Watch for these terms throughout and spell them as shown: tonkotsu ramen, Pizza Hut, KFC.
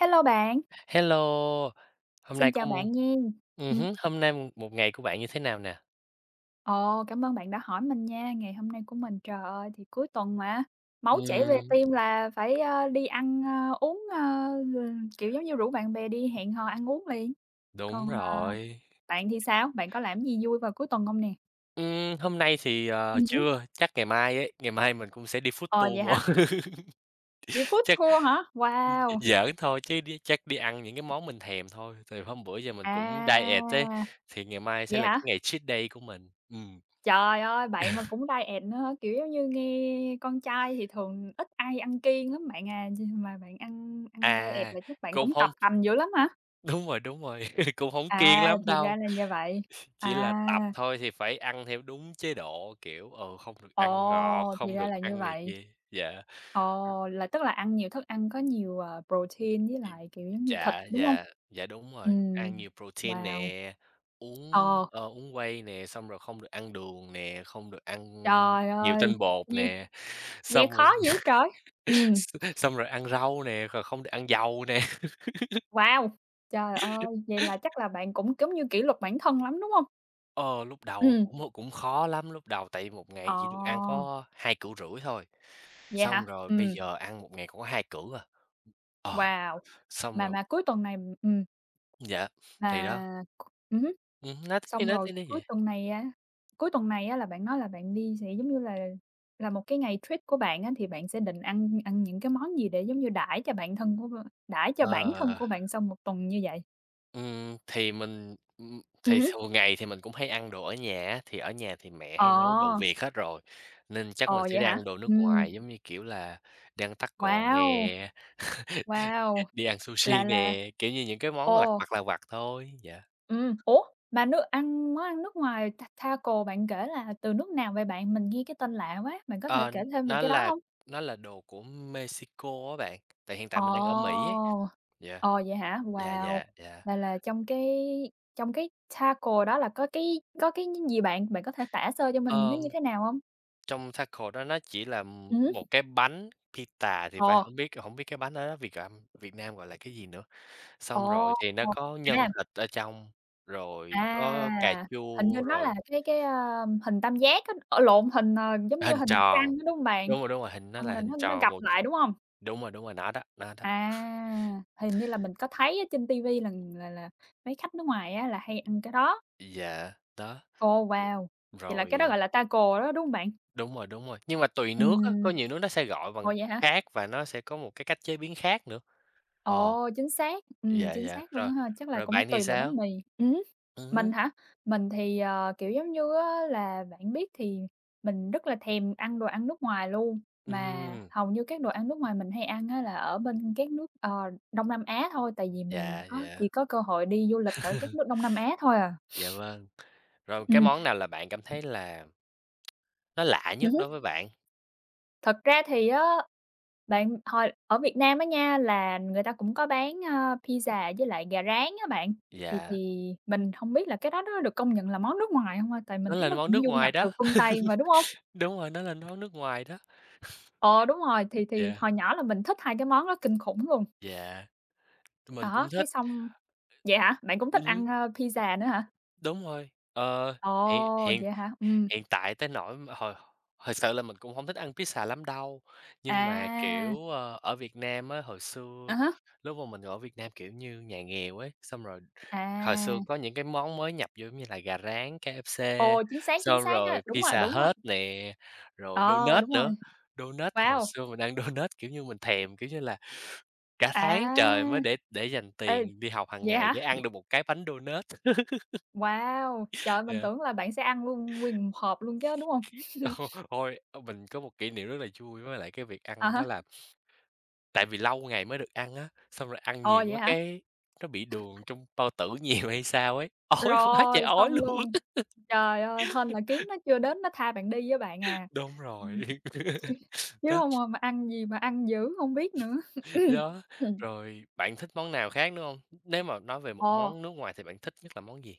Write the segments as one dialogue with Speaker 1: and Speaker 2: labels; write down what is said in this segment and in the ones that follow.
Speaker 1: Hello bạn,
Speaker 2: Hello. hôm nay
Speaker 1: xin chào
Speaker 2: cũng
Speaker 1: bạn nha. Ừm,
Speaker 2: Hôm nay một một ngày của bạn như thế nào nè?
Speaker 1: Ồ, cảm ơn bạn đã hỏi mình nha, ngày hôm nay của mình, trời ơi, thì cuối tuần mà, máu chảy về
Speaker 2: Ừm,
Speaker 1: tim là phải, đi ăn, uống, ơ, l kiểu, giống như, rủ bạn bè đi hẹn hò ăn uống liền.
Speaker 2: Đúng
Speaker 1: Còn,
Speaker 2: rồi.
Speaker 1: bạn thì sao? Bạn có làm gì vui vào cuối tuần không nè?
Speaker 2: Hôm nay thì,
Speaker 1: Hứm.
Speaker 2: chưa, chắc ngày mai ấy, ngày mai mình cũng sẽ đi food
Speaker 1: Ờ, vậy
Speaker 2: tour
Speaker 1: hả?
Speaker 2: mà.
Speaker 1: Đi food
Speaker 2: Chắc
Speaker 1: tour hả? Wow!
Speaker 2: giỡn thôi chứ đi chắc đi ăn những cái món mình thèm thôi, tại hôm bữa giờ mình cũng diet ấy,
Speaker 1: À,
Speaker 2: thì ngày mai sẽ
Speaker 1: vậy
Speaker 2: là cái
Speaker 1: hả?
Speaker 2: ngày cheat day của mình.
Speaker 1: Trời ơi, bạn mà cũng diet nữa hả? Kiểu, giống như, nghe con trai thì thường ít ai ăn kiêng lắm bạn à, mà bạn ăn ăn diet
Speaker 2: À,
Speaker 1: là chắc bạn
Speaker 2: cũng
Speaker 1: cũng tập
Speaker 2: hông
Speaker 1: tành dữ lắm hả?
Speaker 2: Đúng rồi, đúng rồi, cũng hổng kiêng
Speaker 1: À,
Speaker 2: lắm
Speaker 1: thì ra
Speaker 2: đâu.
Speaker 1: là như vậy.
Speaker 2: Chỉ là tập
Speaker 1: À,
Speaker 2: thôi thì phải ăn theo đúng chế độ, kiểu, không được ăn ngọt,
Speaker 1: ồ, thì
Speaker 2: không
Speaker 1: ra
Speaker 2: được
Speaker 1: là như
Speaker 2: ăn này
Speaker 1: vậy.
Speaker 2: kia. Dạ. Ừm,
Speaker 1: Ồ, là tức là ăn nhiều thức ăn có nhiều, protein với
Speaker 2: ừm,
Speaker 1: lại, kiểu, giống như thịt,
Speaker 2: dạ,
Speaker 1: đúng không?
Speaker 2: dạ, dạ, đúng rồi,
Speaker 1: Ừm,
Speaker 2: ăn nhiều protein
Speaker 1: wow,
Speaker 2: nè,
Speaker 1: ờ,
Speaker 2: uống whey nè, xong rồi không được ăn đường nè, không được ăn
Speaker 1: trời
Speaker 2: nhiều
Speaker 1: ơi,
Speaker 2: tinh bột
Speaker 1: nghe
Speaker 2: nè,
Speaker 1: nghe
Speaker 2: xong rồi
Speaker 1: khó dữ trời! Ừm.
Speaker 2: xong rồi ăn rau nè, rồi không được ăn dầu nè.
Speaker 1: Wow! Trời ơi, vậy là chắc là bạn cũng giống như kỷ luật bản thân lắm, đúng hông?
Speaker 2: Ờ, Lúc đầu
Speaker 1: Ừm,
Speaker 2: cũng cũng khó lắm, lúc đầu tại vì 1
Speaker 1: ờ,
Speaker 2: ngày chỉ được ăn có hai cữ rưỡi thôi,
Speaker 1: vậy
Speaker 2: xong
Speaker 1: hả?
Speaker 2: rồi bây giờ ăn một ngày cũng có 2 cữ à. Ờ,
Speaker 1: Wow!
Speaker 2: Xong
Speaker 1: Mà
Speaker 2: rồi
Speaker 1: mà cuối tuần này ừm,
Speaker 2: dạ, thì đó,
Speaker 1: mà ừm hứm,
Speaker 2: nói tiếp đi,
Speaker 1: xong
Speaker 2: nói
Speaker 1: rồi
Speaker 2: tiếp
Speaker 1: cuối
Speaker 2: đi.
Speaker 1: tuần này, á, cuối tuần này á là bạn nói là bạn đi sẽ giống như là một cái ngày treat của bạn á, thì bạn sẽ định ăn ăn những cái món gì để giống như đãi cho bản thân
Speaker 2: Ờ,
Speaker 1: của bạn sau một tuần như vậy?
Speaker 2: thì
Speaker 1: Hứm.
Speaker 2: thường ngày thì mình cũng hay ăn đồ ở nhà á, thì ở nhà thì mẹ hay nấu đồ
Speaker 1: Ờ,
Speaker 2: Việt hết rồi, nên chắc
Speaker 1: ờ,
Speaker 2: mình sẽ
Speaker 1: vậy
Speaker 2: đi
Speaker 1: hả?
Speaker 2: ăn đồ nước ngoài, giống như kiểu là đi ăn taco nè,
Speaker 1: Wow, wow,
Speaker 2: đi ăn sushi
Speaker 1: là
Speaker 2: nè, kiểu như những cái món
Speaker 1: ồ.
Speaker 2: lặt vặt thôi, dạ.
Speaker 1: Ủa, mà nước ăn món ăn nước ngoài taco bạn kể là từ nước nào vậy bạn? Mình nghe cái tên lạ quá, bạn có thể
Speaker 2: Ờ,
Speaker 1: kể thêm về
Speaker 2: nó
Speaker 1: cái đó
Speaker 2: là
Speaker 1: hông?
Speaker 2: nó là đồ của Mexico á bạn, tại hiện tại mình đang ở Mỹ
Speaker 1: Ồ!
Speaker 2: ấy. Dạ.
Speaker 1: Ồ, vậy hả?
Speaker 2: Dạ,
Speaker 1: Wow!
Speaker 2: dạ, dạ.
Speaker 1: Vậy là trong cái taco đó là có cái gì bạn? Bạn có thể tả sơ cho mình nó như
Speaker 2: Ờm,
Speaker 1: thế nào hông?
Speaker 2: Trong taco đó nó chỉ là
Speaker 1: Hứm.
Speaker 2: một cái bánh pita thì phải,
Speaker 1: Ồ,
Speaker 2: hổng biết cái bánh đó Việt Nam gọi là cái gì nữa. Xong rồi
Speaker 1: ồ,
Speaker 2: thì nó có nhân
Speaker 1: à,
Speaker 2: thịt ở trong, rồi có cà
Speaker 1: à, hình như
Speaker 2: chua,
Speaker 1: nó
Speaker 2: rồi
Speaker 1: là hình tam giác á, lộn, hình, giống như
Speaker 2: hình
Speaker 1: hình mặt trăng
Speaker 2: tròn.
Speaker 1: á, đúng hông bạn?
Speaker 2: Đúng rồi, hình nó
Speaker 1: Xong
Speaker 2: là
Speaker 1: rồi
Speaker 2: hình
Speaker 1: nó
Speaker 2: tròn
Speaker 1: gập lại, đúng hông?
Speaker 2: đúng rồi, nó đó, nó đó.
Speaker 1: À, hình như là mình có thấy ở trên ti vi là mấy khách nước ngoài á là hay ăn cái đó.
Speaker 2: Dạ, đó.
Speaker 1: Ồ, wow! Vậy là
Speaker 2: Rồi,
Speaker 1: cái đó gọi là taco đó, đúng hông bạn?
Speaker 2: đúng rồi, đúng rồi. Nhưng mà tùy nước á, có
Speaker 1: Ừm,
Speaker 2: nhiều nước nó sẽ gọi
Speaker 1: ồ,
Speaker 2: bằng
Speaker 1: vậy hả?
Speaker 2: khác và nó sẽ có một cái cách chế biến khác nữa. Ờ,
Speaker 1: Ồ,
Speaker 2: dạ,
Speaker 1: chính
Speaker 2: dạ,
Speaker 1: xác luôn á ha, chắc là
Speaker 2: rồi
Speaker 1: cũng
Speaker 2: bạn thì
Speaker 1: tùy loại
Speaker 2: sao?
Speaker 1: bánh mì. Ừm
Speaker 2: Hứm,
Speaker 1: mình hả? Mình thì, kiểu, giống như á là bạn biết thì mình rất là thèm ăn đồ ăn nước ngoài luôn, mà
Speaker 2: ừm,
Speaker 1: hầu như các đồ ăn nước ngoài mình hay ăn á là ở bên các nước, Đông Nam Á thôi, tại vì mình
Speaker 2: dạ,
Speaker 1: có
Speaker 2: dạ,
Speaker 1: chỉ có cơ hội đi du lịch ở các nước Đông Nam Á thôi à.
Speaker 2: dạ vâng. Rồi cái
Speaker 1: Ừm,
Speaker 2: món nào là bạn cảm thấy là nó lạ nhất
Speaker 1: hứm.
Speaker 2: đối với bạn?
Speaker 1: Thật ra thì á, bạn hồi ở Việt Nam á nha, là người ta cũng có bán, pizza với lại gà rán á bạn, thì
Speaker 2: Dạ,
Speaker 1: thì mình hông biết là cái đó nó được công nhận là món nước ngoài hông ha? Tại mình
Speaker 2: nó
Speaker 1: thấy
Speaker 2: là
Speaker 1: nó
Speaker 2: món
Speaker 1: cũng
Speaker 2: nước
Speaker 1: du
Speaker 2: ngoài
Speaker 1: nhập
Speaker 2: đó,
Speaker 1: từ phương Tây mà, đúng hông?
Speaker 2: đúng rồi, nó là món nước ngoài đó.
Speaker 1: Ờ, đúng rồi, thì
Speaker 2: Dạ,
Speaker 1: hồi nhỏ là mình thích 2 cái món đó kinh khủng luôn.
Speaker 2: dạ. Tụi mình
Speaker 1: Đó,
Speaker 2: cũng
Speaker 1: cái
Speaker 2: thích.
Speaker 1: xong vậy hả? Bạn cũng thích
Speaker 2: Ừm,
Speaker 1: ăn, pizza nữa hả?
Speaker 2: đúng rồi. Ờ,
Speaker 1: Ồ,
Speaker 2: hiện hiện
Speaker 1: vậy hả?
Speaker 2: Hiện tại tới nỗi mà hồi Thực sự là mình cũng hông thích ăn pizza lắm đâu, nhưng mà,
Speaker 1: À,
Speaker 2: kiểu, ở Việt Nam á, hồi xưa
Speaker 1: à há,
Speaker 2: lúc mà mình ở Việt Nam, kiểu như, nhà nghèo ấy, xong rồi hồi xưa
Speaker 1: à,
Speaker 2: có những cái món mới nhập vô giống như là gà rán KFC,
Speaker 1: ồ, chính
Speaker 2: xong
Speaker 1: xác
Speaker 2: rồi
Speaker 1: á,
Speaker 2: Pizza
Speaker 1: đúng rồi,
Speaker 2: Hut nè, rồi
Speaker 1: ờ,
Speaker 2: donut
Speaker 1: đúng rồi.
Speaker 2: nữa. Donut hồi
Speaker 1: Wow!
Speaker 2: xưa mình ăn donut, kiểu như, mình thèm, kiểu như là, cả tháng trời mới
Speaker 1: À,
Speaker 2: để dành
Speaker 1: ê,
Speaker 2: tiền đi học hàng
Speaker 1: vậy
Speaker 2: ngày
Speaker 1: hả?
Speaker 2: để ăn được một cái bánh donut.
Speaker 1: Wow! Trời ơi, mình
Speaker 2: Yeah.
Speaker 1: tưởng là bạn sẽ ăn luôn nguyên một hộp luôn chứ, đúng hông?
Speaker 2: Ồ, ôi, mình có một kỷ niệm rất là vui với lại cái việc
Speaker 1: À
Speaker 2: ăn
Speaker 1: há,
Speaker 2: đó là tại vì lâu ngày mới được ăn á, xong rồi ăn
Speaker 1: ồ,
Speaker 2: nhiều
Speaker 1: vậy
Speaker 2: quá
Speaker 1: hả?
Speaker 2: cái nó bị đường trong bao tử nhiều hay sao ấy, ói quá trời
Speaker 1: Rồi,
Speaker 2: ói
Speaker 1: xong
Speaker 2: luôn.
Speaker 1: luôn. Trời ơi, hên là kiến nó chưa đến nó tha bạn đi á bạn à.
Speaker 2: Đúng
Speaker 1: Ừm,
Speaker 2: rồi.
Speaker 1: chứ chứ
Speaker 2: Đó,
Speaker 1: hông mà ăn gì mà ăn dữ hông biết nữa.
Speaker 2: đó, rồi bạn thích món nào khác nữa không? Nếu mà nói về một
Speaker 1: Ồ.
Speaker 2: món nước ngoài thì bạn thích nhất là món gì?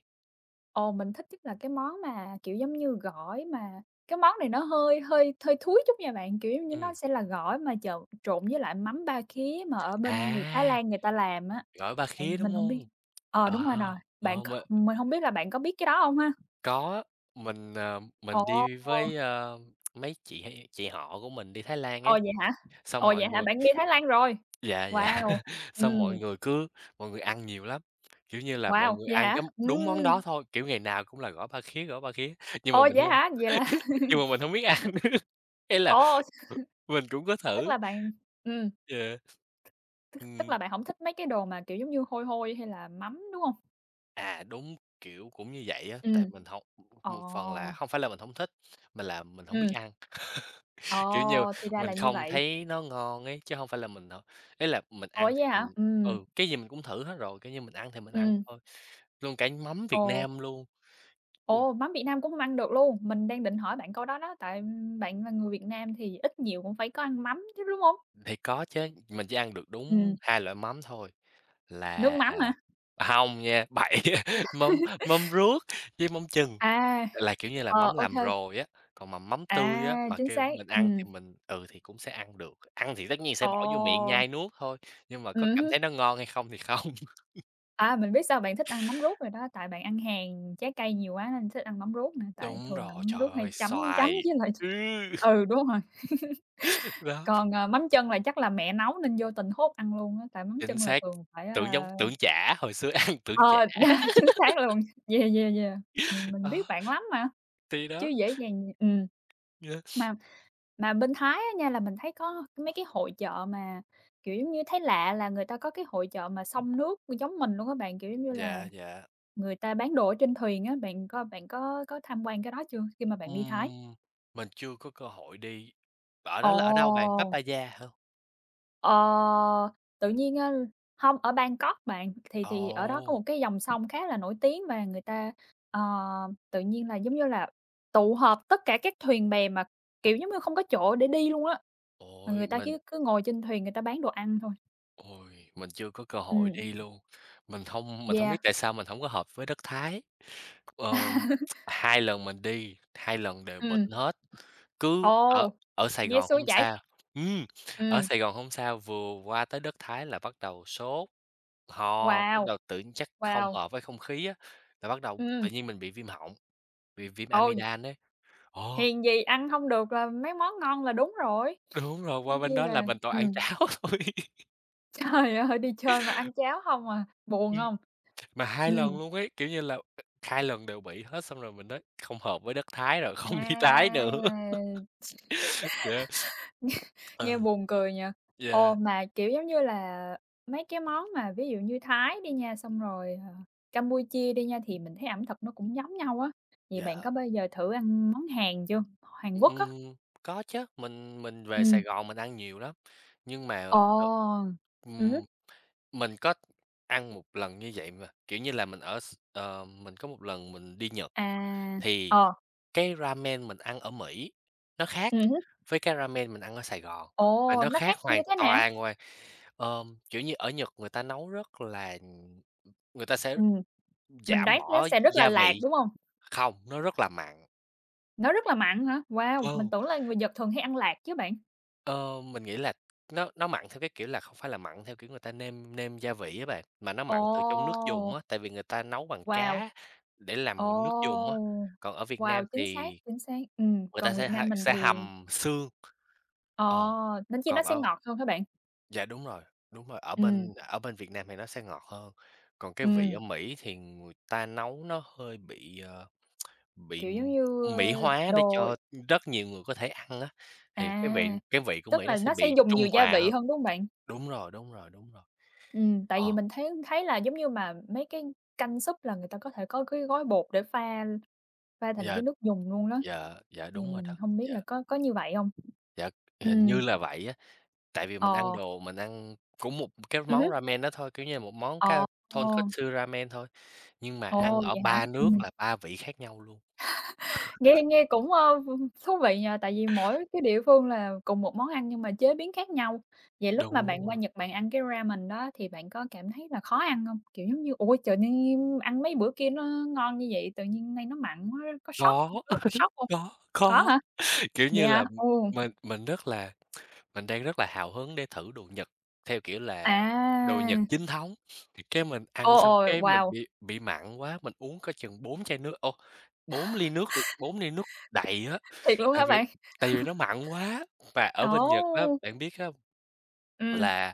Speaker 1: Ồ, mình thích nhất là cái món mà, kiểu, giống như gỏi mà cái món này nó hơi hơi hơi thúi chút nha bạn, kiểu, giống như
Speaker 2: Ừ,
Speaker 1: nó sẽ là gỏi mà trộn trộn với lại mắm ba khía mà ở bên người Thái
Speaker 2: à,
Speaker 1: Lan người ta làm á.
Speaker 2: gỏi ba
Speaker 1: Bạn
Speaker 2: khía, đúng
Speaker 1: mình hông biết
Speaker 2: không?
Speaker 1: ờ, đúng rồi rồi,
Speaker 2: Ờ,
Speaker 1: bạn có
Speaker 2: mình
Speaker 1: mình hông biết là bạn có biết cái đó hông ha?
Speaker 2: có, mình
Speaker 1: Ồ,
Speaker 2: đi với, mấy chị hay chị họ của mình đi Thái Lan
Speaker 1: ồ,
Speaker 2: ấy,
Speaker 1: vậy hả?
Speaker 2: xong
Speaker 1: Ồ,
Speaker 2: mọi
Speaker 1: vậy hả?
Speaker 2: người.
Speaker 1: Bạn đi Thái Lan rồi?
Speaker 2: Dạ, dạ.
Speaker 1: Wow,
Speaker 2: Xong
Speaker 1: ừm,
Speaker 2: mọi người ăn nhiều lắm, kiểu như là, mọi
Speaker 1: wow,
Speaker 2: người
Speaker 1: vậy
Speaker 2: ăn
Speaker 1: hả?
Speaker 2: cái đúng món đó thôi, kiểu, ngày nào cũng là gỏi ba khía, nhưng mà
Speaker 1: Ồ,
Speaker 2: mình
Speaker 1: vậy
Speaker 2: không
Speaker 1: hả? Vậy là
Speaker 2: nhưng mà mình không biết ăn. Ý là
Speaker 1: ồ,
Speaker 2: mình cũng có
Speaker 1: tức
Speaker 2: thử.
Speaker 1: là bạn ừm.
Speaker 2: Yeah.
Speaker 1: Tức tức
Speaker 2: Ừm,
Speaker 1: là bạn hổng thích mấy cái đồ mà, kiểu, giống như hôi hôi hay là mắm, đúng hông?
Speaker 2: Đúng, kiểu, cũng như vậy á, tại
Speaker 1: Ừm.
Speaker 2: mình không một phần là
Speaker 1: Ồ,
Speaker 2: không phải là mình không thích, mà là mình không biết
Speaker 1: ừm.
Speaker 2: ăn, kiểu như,
Speaker 1: Ồ, thì ra là
Speaker 2: mình
Speaker 1: như
Speaker 2: không
Speaker 1: vậy.
Speaker 2: thấy nó ngon ấy, chứ không phải là mình h ấy là mình
Speaker 1: Ủa,
Speaker 2: ăn thì
Speaker 1: vậy hả?
Speaker 2: mình ừ, cái gì mình cũng thử hết rồi, kiểu như, mình ăn thì mình ăn
Speaker 1: Ừm.
Speaker 2: thôi. Luôn cả mắm
Speaker 1: Ồ,
Speaker 2: Việt Nam luôn? Ừm,
Speaker 1: ồ, mắm Việt Nam cũng hông ăn được luôn? Mình đang định hỏi bạn câu đó đó, tại bạn là người Việt Nam thì ít nhiều cũng phải có ăn mắm chứ, đúng hông?
Speaker 2: thì có chứ, mình chỉ ăn được đúng
Speaker 1: Ừm,
Speaker 2: 2 loại mắm thôi,
Speaker 1: nước
Speaker 2: là
Speaker 1: mắm hả?
Speaker 2: hông nha, bậy mắm mắm ruốc với mắm chừng,
Speaker 1: À,
Speaker 2: là, kiểu như là, mắm
Speaker 1: ờ, ô
Speaker 2: làm
Speaker 1: kê,
Speaker 2: rồi á, còn mà mắm tươi á,
Speaker 1: à,
Speaker 2: mà
Speaker 1: chính
Speaker 2: kêu
Speaker 1: xác,
Speaker 2: mình ăn thì thì cũng sẽ ăn được, ăn thì tất nhiên sẽ
Speaker 1: ồ,
Speaker 2: bỏ vô miệng nhai nuốt thôi, nhưng mà có cảm
Speaker 1: hứm.
Speaker 2: thấy nó ngon hay không thì không.
Speaker 1: À, mình biết sao bạn thích ăn mắm ruốc rồi đó, tại bạn ăn hàng trái cây nhiều quá nên thích ăn mắm ruốc nè, tại
Speaker 2: Đúng
Speaker 1: thường là
Speaker 2: rồi,
Speaker 1: mắm ruốc
Speaker 2: trời ơi,
Speaker 1: hay chấm chấm
Speaker 2: xoài,
Speaker 1: với lại
Speaker 2: ừ,
Speaker 1: ừ, đúng rồi,
Speaker 2: đó,
Speaker 1: còn, mắm chân là chắc là mẹ nấu nên vô tình hốt ăn luôn á, tại mắm
Speaker 2: chính
Speaker 1: chân là
Speaker 2: xác,
Speaker 1: thường phải,
Speaker 2: tưởng chả, hồi xưa ăn tưởng
Speaker 1: ờ,
Speaker 2: chả,
Speaker 1: đ chính xác luôn. Yeah, yeah, yeah, mình biết
Speaker 2: đó,
Speaker 1: bạn lắm mà.
Speaker 2: thì
Speaker 1: Chứ
Speaker 2: đó,
Speaker 1: dễ dàng
Speaker 2: yeah.
Speaker 1: Mà mà bên Thái á nha là mình thấy có mấy cái hội chợ mà, kiểu, giống như, thấy lạ là người ta có cái hội chợ mà xông nước giống mình luôn á bạn, kiểu, giống như
Speaker 2: Dạ,
Speaker 1: là,
Speaker 2: dạ.
Speaker 1: người ta bán đồ ở trên thuyền á, bạn có tham quan cái đó chưa khi mà bạn đi Thái?
Speaker 2: Ừm, mình chưa có cơ hội đi. Ở đó là ở đâu bạn?
Speaker 1: Ồ!
Speaker 2: Pattaya hả?
Speaker 1: Ờ, tự nhiên á hông, ở Bangkok bạn, thì ở đó có
Speaker 2: Ồ,
Speaker 1: một cái dòng sông khá là nổi tiếng và người ta, ờ, tự nhiên là, giống như là, tụ họp tất cả các thuyền bè mà, kiểu, giống như không có chỗ để đi luôn á, mà
Speaker 2: ôi,
Speaker 1: người ta
Speaker 2: mình
Speaker 1: cứ cứ ngồi trên thuyền người ta bán đồ ăn thôi.
Speaker 2: Ôi, mình chưa có cơ hội
Speaker 1: Ừm,
Speaker 2: đi luôn. Mình hông
Speaker 1: yeah.
Speaker 2: biết tại sao mình hổng có hợp với đất Thái. Ờ, Hai lần mình đi, hai lần đều bệnh
Speaker 1: Ừm,
Speaker 2: hết. Cứ ở
Speaker 1: ồ,
Speaker 2: ở Sài
Speaker 1: nghe
Speaker 2: Gòn
Speaker 1: xui
Speaker 2: hông
Speaker 1: vậy?
Speaker 2: sao ừm, Ở
Speaker 1: Ừm,
Speaker 2: Sài Gòn hông sao, vừa qua tới đất Thái là bắt đầu sốt, ho, bắt
Speaker 1: wow,
Speaker 2: đầu tự nhiên chắc không
Speaker 1: wow,
Speaker 2: hợp với không khí á, là bắt đầu
Speaker 1: ừm,
Speaker 2: tự nhiên mình bị viêm họng. Vì viêm
Speaker 1: ồ,
Speaker 2: amidan ấy. Ồ,
Speaker 1: hiền gì ăn không được là mấy món ngon là đúng rồi,
Speaker 2: đúng rồi, qua
Speaker 1: nên
Speaker 2: bên
Speaker 1: chi
Speaker 2: đó là
Speaker 1: là
Speaker 2: mình toàn ăn cháo thôi.
Speaker 1: Trời ơi, đi chơi mà ăn cháo hông à, buồn
Speaker 2: Ừm,
Speaker 1: hông?
Speaker 2: mà hai
Speaker 1: Ừm,
Speaker 2: lần luôn ấy, kiểu như là, 2 lần đều bị hết, xong rồi mình nói không hợp với đất Thái rồi, không đi Thái
Speaker 1: à,
Speaker 2: nữa. Dạ,
Speaker 1: nghe
Speaker 2: ừ,
Speaker 1: buồn cười nhỉ?
Speaker 2: yeah,
Speaker 1: Ồ, mà, kiểu, giống như là, mấy cái món mà ví dụ như Thái đi nha, xong rồi, Campuchia đi nha, thì mình thấy ẩm thực nó cũng giống nhau á, vậy bạn
Speaker 2: dạ,
Speaker 1: có bao giờ thử ăn món Hàn chưa? Hàn Quốc á?
Speaker 2: ừm, có chứ, mình về Sài
Speaker 1: Ừm,
Speaker 2: Gòn mình ăn nhiều lắm, nhưng mà,
Speaker 1: ồ, hứm,
Speaker 2: ừm, mình có ăn một lần như vậy mà, kiểu như là, mình ở s ờ, mình có một lần mình đi Nhật.
Speaker 1: à,
Speaker 2: Thì
Speaker 1: ờ,
Speaker 2: cái ramen mình ăn ở Mỹ nó khác
Speaker 1: hứm,
Speaker 2: với cái ramen mình ăn ở Sài Gòn, và
Speaker 1: ồ,
Speaker 2: nó
Speaker 1: nó
Speaker 2: khác
Speaker 1: khác như
Speaker 2: hoàn
Speaker 1: thế nào?
Speaker 2: toàn ngoài kiểu như, ở Nhật người ta nấu rất là người ta sẽ
Speaker 1: Ừm, mình
Speaker 2: giảm
Speaker 1: đoán nó
Speaker 2: bỏ
Speaker 1: sẽ rất là
Speaker 2: gia
Speaker 1: lạt,
Speaker 2: vị
Speaker 1: đúng hông?
Speaker 2: không, nó rất là mặn.
Speaker 1: Nó rất là mặn hả? Wow, mình
Speaker 2: Vâng,
Speaker 1: tưởng là người Nhật thường hay ăn lạc chứ bạn.
Speaker 2: ờ, mình nghĩ là nó mặn theo cái kiểu là không phải là mặn theo kiểu người ta nêm nêm gia vị á bạn, mà nó mặn từ trong nước dùng
Speaker 1: Ồ,
Speaker 2: á, tại vì người ta nấu bằng
Speaker 1: wow,
Speaker 2: cá để làm nước dùng á.
Speaker 1: ồ,
Speaker 2: Còn ở Việt
Speaker 1: wow,
Speaker 2: Nam
Speaker 1: chính xác,
Speaker 2: thì
Speaker 1: chính xác.
Speaker 2: người ta
Speaker 1: Còn Việt
Speaker 2: sẽ
Speaker 1: Nam mình
Speaker 2: sẽ
Speaker 1: thì
Speaker 2: hầm xương.
Speaker 1: ờ,
Speaker 2: Ờ.
Speaker 1: nên chi nó
Speaker 2: Còn
Speaker 1: sẽ
Speaker 2: ở
Speaker 1: ngọt hơn hả bạn?
Speaker 2: Dạ, đúng rồi,
Speaker 1: Ừ,
Speaker 2: ở bên Việt Nam thì nó sẽ ngọt hơn, còn cái vị
Speaker 1: ừm,
Speaker 2: ở Mỹ thì người ta nấu nó hơi bị, ờ, bị
Speaker 1: kiểu, giống
Speaker 2: m-
Speaker 1: như,
Speaker 2: Mỹ hóa để
Speaker 1: đồ
Speaker 2: cho rất nhiều người có thể ăn á, thì
Speaker 1: à,
Speaker 2: cái vị của
Speaker 1: tức
Speaker 2: Mỹ nó
Speaker 1: là
Speaker 2: sẽ
Speaker 1: nó sẽ
Speaker 2: bị
Speaker 1: dùng
Speaker 2: trung
Speaker 1: nhiều gia
Speaker 2: hòa
Speaker 1: vị
Speaker 2: hơn.
Speaker 1: hơn, đúng không bạn?
Speaker 2: Đúng rồi, đúng rồi, đúng rồi.
Speaker 1: Ừ, tại vì
Speaker 2: Ờ,
Speaker 1: mình thấy thấy là giống như mà mấy cái canh súp là người ta có thể có cái gói bột để pha pha thành
Speaker 2: dạ,
Speaker 1: cái nước dùng luôn đó,
Speaker 2: dạ, dạ,
Speaker 1: thì
Speaker 2: đúng rồi đó,
Speaker 1: mình không biết
Speaker 2: dạ,
Speaker 1: là có như vậy không?
Speaker 2: dạ,
Speaker 1: Ừ.
Speaker 2: hình như là vậy á, tại vì
Speaker 1: Ờ.
Speaker 2: mình ăn cũng một cái món
Speaker 1: Hứm.
Speaker 2: ramen đó thôi, kiểu như là, một món
Speaker 1: Ờ.
Speaker 2: ka tonkotsu ramen thôi, nhưng mà ăn
Speaker 1: Ồ,
Speaker 2: ở
Speaker 1: vậy hả?
Speaker 2: 3 nước là 3 vị khác nhau luôn.
Speaker 1: Nghe nghe cũng, thú vị nhỉ, tại vì mỗi cái địa phương là cùng một món ăn nhưng mà chế biến khác nhau. Vậy lúc mà
Speaker 2: Đúng
Speaker 1: bạn qua
Speaker 2: rồi,
Speaker 1: Nhật bạn ăn cái ramen đó thì bạn có cảm thấy là khó ăn hông? Kiểu giống như, ôi trời, nên ăn mấy bữa kia nó ngon như vậy, tự nhiên nay nó mặn quá có sót
Speaker 2: có,
Speaker 1: có sót hông? Có
Speaker 2: có,
Speaker 1: hả?
Speaker 2: kiểu
Speaker 1: Vậy
Speaker 2: như
Speaker 1: hả?
Speaker 2: là,
Speaker 1: Ồ,
Speaker 2: mình mình rất là mình đang rất là hào hứng để thử đồ Nhật, theo kiểu là đồ Nhật
Speaker 1: à,
Speaker 2: chính thống, thì cái mình
Speaker 1: ô
Speaker 2: ăn xong
Speaker 1: ồ,
Speaker 2: cái mình
Speaker 1: wow,
Speaker 2: bị mặn quá, mình uống có chừng 4 chai nước, ô, 4 ly nước 4 ly nước đầy á,
Speaker 1: thiệt luôn
Speaker 2: tại
Speaker 1: hả
Speaker 2: vì
Speaker 1: bạn?
Speaker 2: tại vì nó mặn quá. Và ở bên Nhật á,
Speaker 1: Ồ,
Speaker 2: bạn biết á,
Speaker 1: ừm,
Speaker 2: là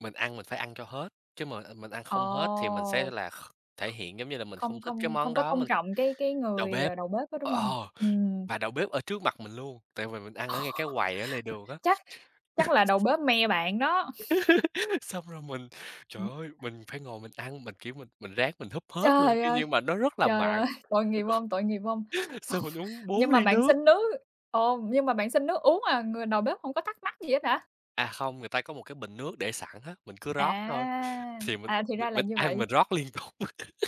Speaker 2: mình ăn mình phải ăn cho hết, chứ mà, mình ăn
Speaker 1: ồ.
Speaker 2: không hết thì mình sẽ là kh thể hiện giống như là mình không
Speaker 1: Không
Speaker 2: thích cái
Speaker 1: không không
Speaker 2: món
Speaker 1: có
Speaker 2: đó,
Speaker 1: tôn
Speaker 2: mình
Speaker 1: trọng cái
Speaker 2: đầu
Speaker 1: người,
Speaker 2: bếp
Speaker 1: đầu bếp đó, đúng hông?
Speaker 2: ờ. Và đầu bếp ở trước mặt mình luôn, tại vì mình ăn ở ngay cái quầy ở lề đường á.
Speaker 1: Chắc chắc là đầu bếp me bạn đó.
Speaker 2: Xong rồi mình,
Speaker 1: Ừm.
Speaker 2: Trời ơi, mình phải ngồi mình ăn, mình, kiểu, mình ráng mình húp hết luôn,
Speaker 1: Trời
Speaker 2: cái
Speaker 1: ơi,
Speaker 2: nhưng mà nó rất là
Speaker 1: trời ơi,
Speaker 2: mặn.
Speaker 1: tội nghiệp
Speaker 2: Mình
Speaker 1: hông, tội nghiệp hông? Xong
Speaker 2: Xong mình uống 4
Speaker 1: nhưng mà
Speaker 2: ly
Speaker 1: bạn
Speaker 2: nước.
Speaker 1: xin nước ồ, nhưng mà bạn xin nước uống à, người đầu bếp hông có thắc mắc gì hết hả?
Speaker 2: À, không, người ta có một cái bình nước để sẵn á, mình cứ rót thôi,
Speaker 1: À,
Speaker 2: thì mình
Speaker 1: à, thì
Speaker 2: mình
Speaker 1: ra là
Speaker 2: mình
Speaker 1: như
Speaker 2: ăn
Speaker 1: vậy.
Speaker 2: mình rót liên tục.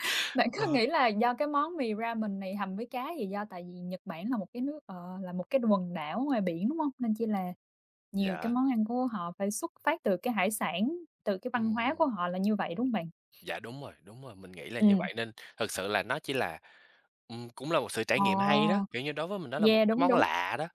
Speaker 1: Bạn có
Speaker 2: Ờ,
Speaker 1: nghĩ là do cái món mì ramen này hầm với cá gì do tại vì Nhật Bản là một cái nước ờ, là một cái quần đảo ngoài biển, đúng hông? Nên chỉ là nhiều cái
Speaker 2: dạ,
Speaker 1: món ăn của họ phải xuất phát từ cái hải sản, từ cái văn hóa của
Speaker 2: ừm,
Speaker 1: họ là như vậy, đúng
Speaker 2: đúng,
Speaker 1: hông bạn?
Speaker 2: dạ, đúng rồi, mình nghĩ là như
Speaker 1: Ừm.
Speaker 2: vậy nên thực sự là nó chỉ là, cũng là một sự trải nghiệm hay đó,
Speaker 1: Ồ,
Speaker 2: kiểu như, đối với mình nó là một
Speaker 1: yeah,
Speaker 2: cái
Speaker 1: đúng,
Speaker 2: món
Speaker 1: đúng.
Speaker 2: lạ đó.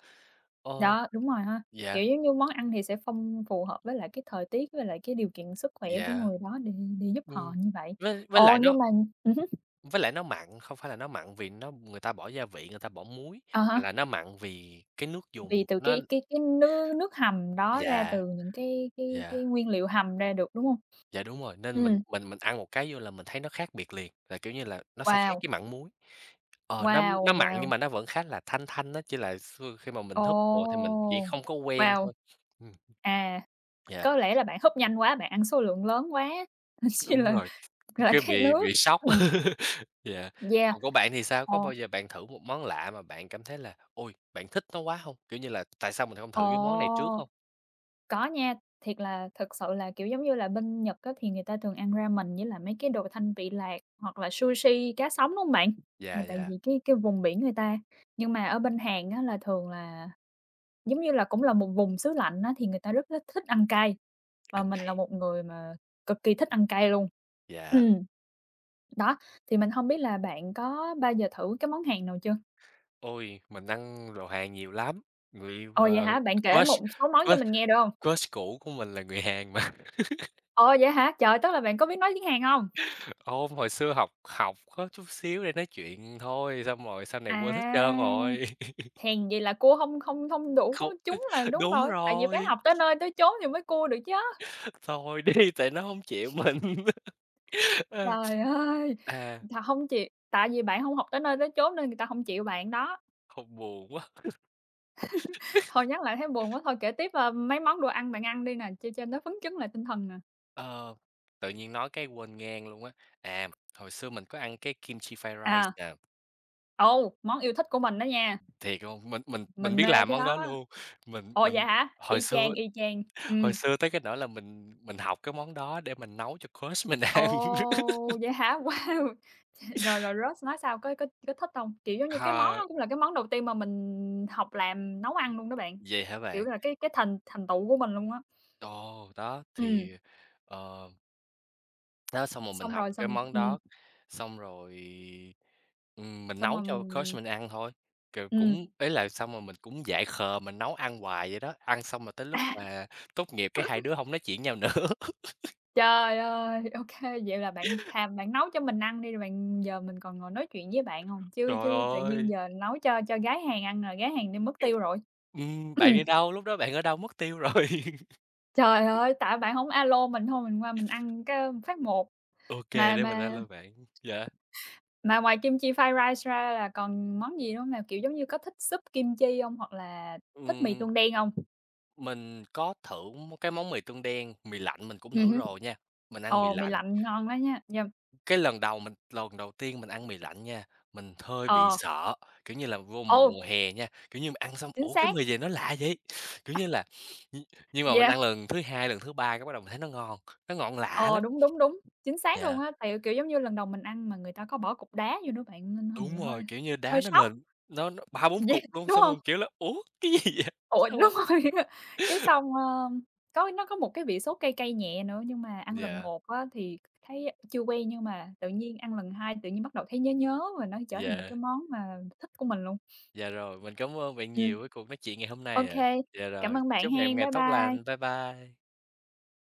Speaker 2: Ờ,
Speaker 1: Đó, đúng rồi ha.
Speaker 2: dạ,
Speaker 1: Kiểu, giống như món ăn thì sẽ phong phù hợp với lại cái thời tiết, với lại cái điều kiện sức khỏe của
Speaker 2: dạ.
Speaker 1: người đó để giúp họ
Speaker 2: Ừm,
Speaker 1: như vậy.
Speaker 2: với với
Speaker 1: Ồ,
Speaker 2: lại nó
Speaker 1: nhưng mà hứm,
Speaker 2: với lại nó mặn, không phải là nó mặn vì người ta bỏ gia vị, người ta bỏ muối,
Speaker 1: à
Speaker 2: mà
Speaker 1: há,
Speaker 2: là nó mặn vì cái nước
Speaker 1: vì
Speaker 2: dùng
Speaker 1: từ
Speaker 2: nó
Speaker 1: cái nước nước hầm đó ra
Speaker 2: dạ,
Speaker 1: từ những cái cái
Speaker 2: dạ,
Speaker 1: cái nguyên liệu hầm ra được, đúng hông?
Speaker 2: dạ, đúng rồi, nên mình
Speaker 1: Ừm.
Speaker 2: mình mình ăn một cái vô là mình thấy nó khác biệt liền, là, kiểu như là, nó sẽ khác
Speaker 1: Wow,
Speaker 2: với mặn muối. Nó
Speaker 1: wow,
Speaker 2: nó mặn
Speaker 1: wow,
Speaker 2: nhưng mà nó vẫn khá là thanh thanh á, chỉ là xưa khi mà
Speaker 1: ồ,
Speaker 2: mình húp vô thì mình chỉ không có quen
Speaker 1: wow,
Speaker 2: thôi. Ừm,
Speaker 1: à.
Speaker 2: dạ,
Speaker 1: Có lẽ là bạn húp nhanh quá, bạn ăn số lượng lớn quá, nên chi
Speaker 2: đúng
Speaker 1: là
Speaker 2: rồi. Cái
Speaker 1: khát
Speaker 2: bị
Speaker 1: nước.
Speaker 2: bị sốc.
Speaker 1: Ừm,
Speaker 2: Dạ.
Speaker 1: yeah.
Speaker 2: Còn của bạn thì sao? Có
Speaker 1: Ồ,
Speaker 2: bao giờ bạn thử một món lạ mà bạn cảm thấy là "Ôi, bạn thích nó quá" không? Kiểu như là, tại sao mình không
Speaker 1: ồ,
Speaker 2: thử cái món này trước không?
Speaker 1: có nha, thiệt là thực sự là, kiểu, giống như là, bên Nhật á thì người ta thường ăn ramen với lại mấy cái đồ thanh vị lạc hoặc là sushi cá sống, đúng hông bạn? Ờ,
Speaker 2: Dạ,
Speaker 1: tại
Speaker 2: dạ,
Speaker 1: vì cái vùng biển người ta. Nhưng mà ở bên Hàn á là thường là, giống như là, cũng là một vùng xứ lạnh á, thì người ta rất là thích ăn cay, và
Speaker 2: ăn
Speaker 1: mình là
Speaker 2: cay.
Speaker 1: một người mà cực kỳ thích ăn cay luôn.
Speaker 2: Dạ.
Speaker 1: Ừm. Đó, thì mình hông biết là bạn có bao giờ thử cái món Hàn nào chưa?
Speaker 2: Ôi, mình ăn đồ Hàn nhiều lắm, người,
Speaker 1: Ồ, vậy
Speaker 2: ờ,
Speaker 1: hả? Bạn kể
Speaker 2: crush
Speaker 1: một số món cho
Speaker 2: crush
Speaker 1: mình nghe được hông?
Speaker 2: crush cũ của mình là người Hàn mà.
Speaker 1: Ồ, vậy hả? Trời, tức là bạn có biết nói tiếng Hàn hông?
Speaker 2: Hồi xưa học học có chút xíu để nói chuyện thôi, xong rồi sau này
Speaker 1: À,
Speaker 2: quên hết trơn rồi.
Speaker 1: hèn vậy là cua hông hông hông đủ
Speaker 2: Không,
Speaker 1: trúng là đúng
Speaker 2: đúng
Speaker 1: rồi, tại vì phải
Speaker 2: rồi,
Speaker 1: học tới nơi tới chốn thì mới cua được chớ.
Speaker 2: thôi đi, tại nó không chịu mình. Ờ.
Speaker 1: Trời ơi!
Speaker 2: À.
Speaker 1: Thà hông chịu tại vì bạn hông học tới nơi tới chốn nên người ta hông chịu bạn đó.
Speaker 2: Không, buồn quá.
Speaker 1: Thôi nhắc lại thấy buồn quá, thôi kể tiếp, ờ, mấy món đồ ăn bạn ăn đi nè, cho nó phấn chấn lại tinh thần nè.
Speaker 2: Ờ, Tự nhiên nói cái quên ngang luôn á. À, hồi xưa mình có ăn cái kimchi fried rice
Speaker 1: À,
Speaker 2: nè,
Speaker 1: ồ, món yêu thích của mình đó nha.
Speaker 2: thiệt luôn, mình
Speaker 1: Mình
Speaker 2: biết
Speaker 1: mê
Speaker 2: làm
Speaker 1: cái
Speaker 2: món
Speaker 1: đó
Speaker 2: đó
Speaker 1: đó.
Speaker 2: luôn.
Speaker 1: Ồ, vậy
Speaker 2: Mình
Speaker 1: hả?
Speaker 2: Hồi
Speaker 1: Y chang,
Speaker 2: xưa
Speaker 1: y chang.
Speaker 2: hồi
Speaker 1: Ừm.
Speaker 2: xưa tới cái nỗi là mình học cái món đó để mình nấu cho crush mình ăn.
Speaker 1: Ồ, vậy hả? Wow! Rồi, rồi Rose nói sao? Có thích hông? Kiểu, giống như cái món
Speaker 2: Ờ,
Speaker 1: đó cũng là cái món đầu tiên mà mình học làm nấu ăn luôn đó bạn,
Speaker 2: Vậy hả
Speaker 1: kiểu
Speaker 2: bạn?
Speaker 1: là, cái thành thành tựu của mình luôn á.
Speaker 2: Ồ, đó,
Speaker 1: Ừm,
Speaker 2: thì, ờ Đó, xong rồi mình
Speaker 1: xong
Speaker 2: học
Speaker 1: rồi
Speaker 2: cái
Speaker 1: xong
Speaker 2: món đó, xong rồi, mình
Speaker 1: xong
Speaker 2: nấu
Speaker 1: rồi
Speaker 2: cho crush mình ăn thôi, kiểu,
Speaker 1: ừm.
Speaker 2: cũng ý là xong rồi mình cũng dại khờ mình nấu ăn hoài vậy đó, ăn xong rồi tới lúc mà tốt nghiệp cái hai đứa hông nói chuyện nhau nữa.
Speaker 1: Trời ơi! Ô kê, vậy là bạn thàm bạn nấu cho mình ăn đi, rồi bạn giờ mình còn ngồi nói chuyện với bạn hông? Chứ
Speaker 2: Trời
Speaker 1: chứ tự nhiên
Speaker 2: ơi!
Speaker 1: giờ nấu cho gái Hàn ăn là gái Hàn đi mất
Speaker 2: Chứ
Speaker 1: tiêu rồi.
Speaker 2: "Bạn đi đâu?" Lúc đó "Bạn ở đâu?" Mất tiêu rồi.
Speaker 1: Trời ơi, tại bạn hổng alo mình thôi mình qua mình ăn cái phát một.
Speaker 2: Ô kê,
Speaker 1: Mà
Speaker 2: để mình
Speaker 1: mà
Speaker 2: alo bạn. Dạ.
Speaker 1: mà ngoài kim chi fried rice ra là còn món gì nữa hông? Nào, kiểu, giống như có thích súp kim chi hông? Hoặc là thích mì
Speaker 2: Ừm,
Speaker 1: tương đen hông?
Speaker 2: mình có thử cái món mì tương đen, mì lạnh mình cũng thử
Speaker 1: Hứm.
Speaker 2: rồi nha, mình ăn mì
Speaker 1: Ồ, mì
Speaker 2: lạnh.
Speaker 1: lạnh ngon đó nha, nham
Speaker 2: Cái lần đầu mình Lần đầu tiên mình ăn mì lạnh nha, mình hơi bị
Speaker 1: ờ,
Speaker 2: sợ, kiểu như là, vô
Speaker 1: ừ,
Speaker 2: mùa hè nha, kiểu như, mình ăn xong,
Speaker 1: chính
Speaker 2: "Ủa, cái
Speaker 1: xác,
Speaker 2: mì gì nó lạ vậy?" Kiểu như là, nh nhưng mà mình
Speaker 1: yeah,
Speaker 2: ăn lần thứ 2 lần thứ 3 cái bắt đầu mình thấy nó ngon lạ
Speaker 1: ờ,
Speaker 2: lắm.
Speaker 1: đúng, đúng, đúng, chính xác luôn
Speaker 2: Dạ,
Speaker 1: á. Tại, kiểu, giống như lần đầu mình ăn mà người ta có bỏ cục đá vô nữa bạn, nên thôi mình
Speaker 2: đúng
Speaker 1: hơi
Speaker 2: rồi, kiểu như,
Speaker 1: hơi
Speaker 2: đá nó
Speaker 1: sốc,
Speaker 2: lên nó 3, 4
Speaker 1: yeah,
Speaker 2: cục luôn,
Speaker 1: đúng
Speaker 2: xong
Speaker 1: hông?
Speaker 2: mình, kiểu là, "Ủa, cái gì vậy?"
Speaker 1: Ủa,
Speaker 2: Xong rồi
Speaker 1: đúng rồi, cái xong, ơ, có nó có một cái vị sốt cay cay nhẹ nữa, nhưng mà ăn lần
Speaker 2: dạ,
Speaker 1: một á thì thấy chưa quen, nhưng mà tự nhiên ăn lần 2 tự nhiên bắt đầu thấy nhớ nhớ và nó trở thành một cái
Speaker 2: dạ,
Speaker 1: món mà thích của mình luôn.
Speaker 2: dạ rồi, mình cảm ơn bạn
Speaker 1: Ừm,
Speaker 2: nhiều với cuộc nói chuyện ngày hôm
Speaker 1: ô
Speaker 2: nay ạ. Dạ
Speaker 1: cảm
Speaker 2: rồi,
Speaker 1: ơn bạn
Speaker 2: chúc ngày
Speaker 1: hen,
Speaker 2: ngày
Speaker 1: bye
Speaker 2: tốt
Speaker 1: bye.
Speaker 2: lành. Bye bye.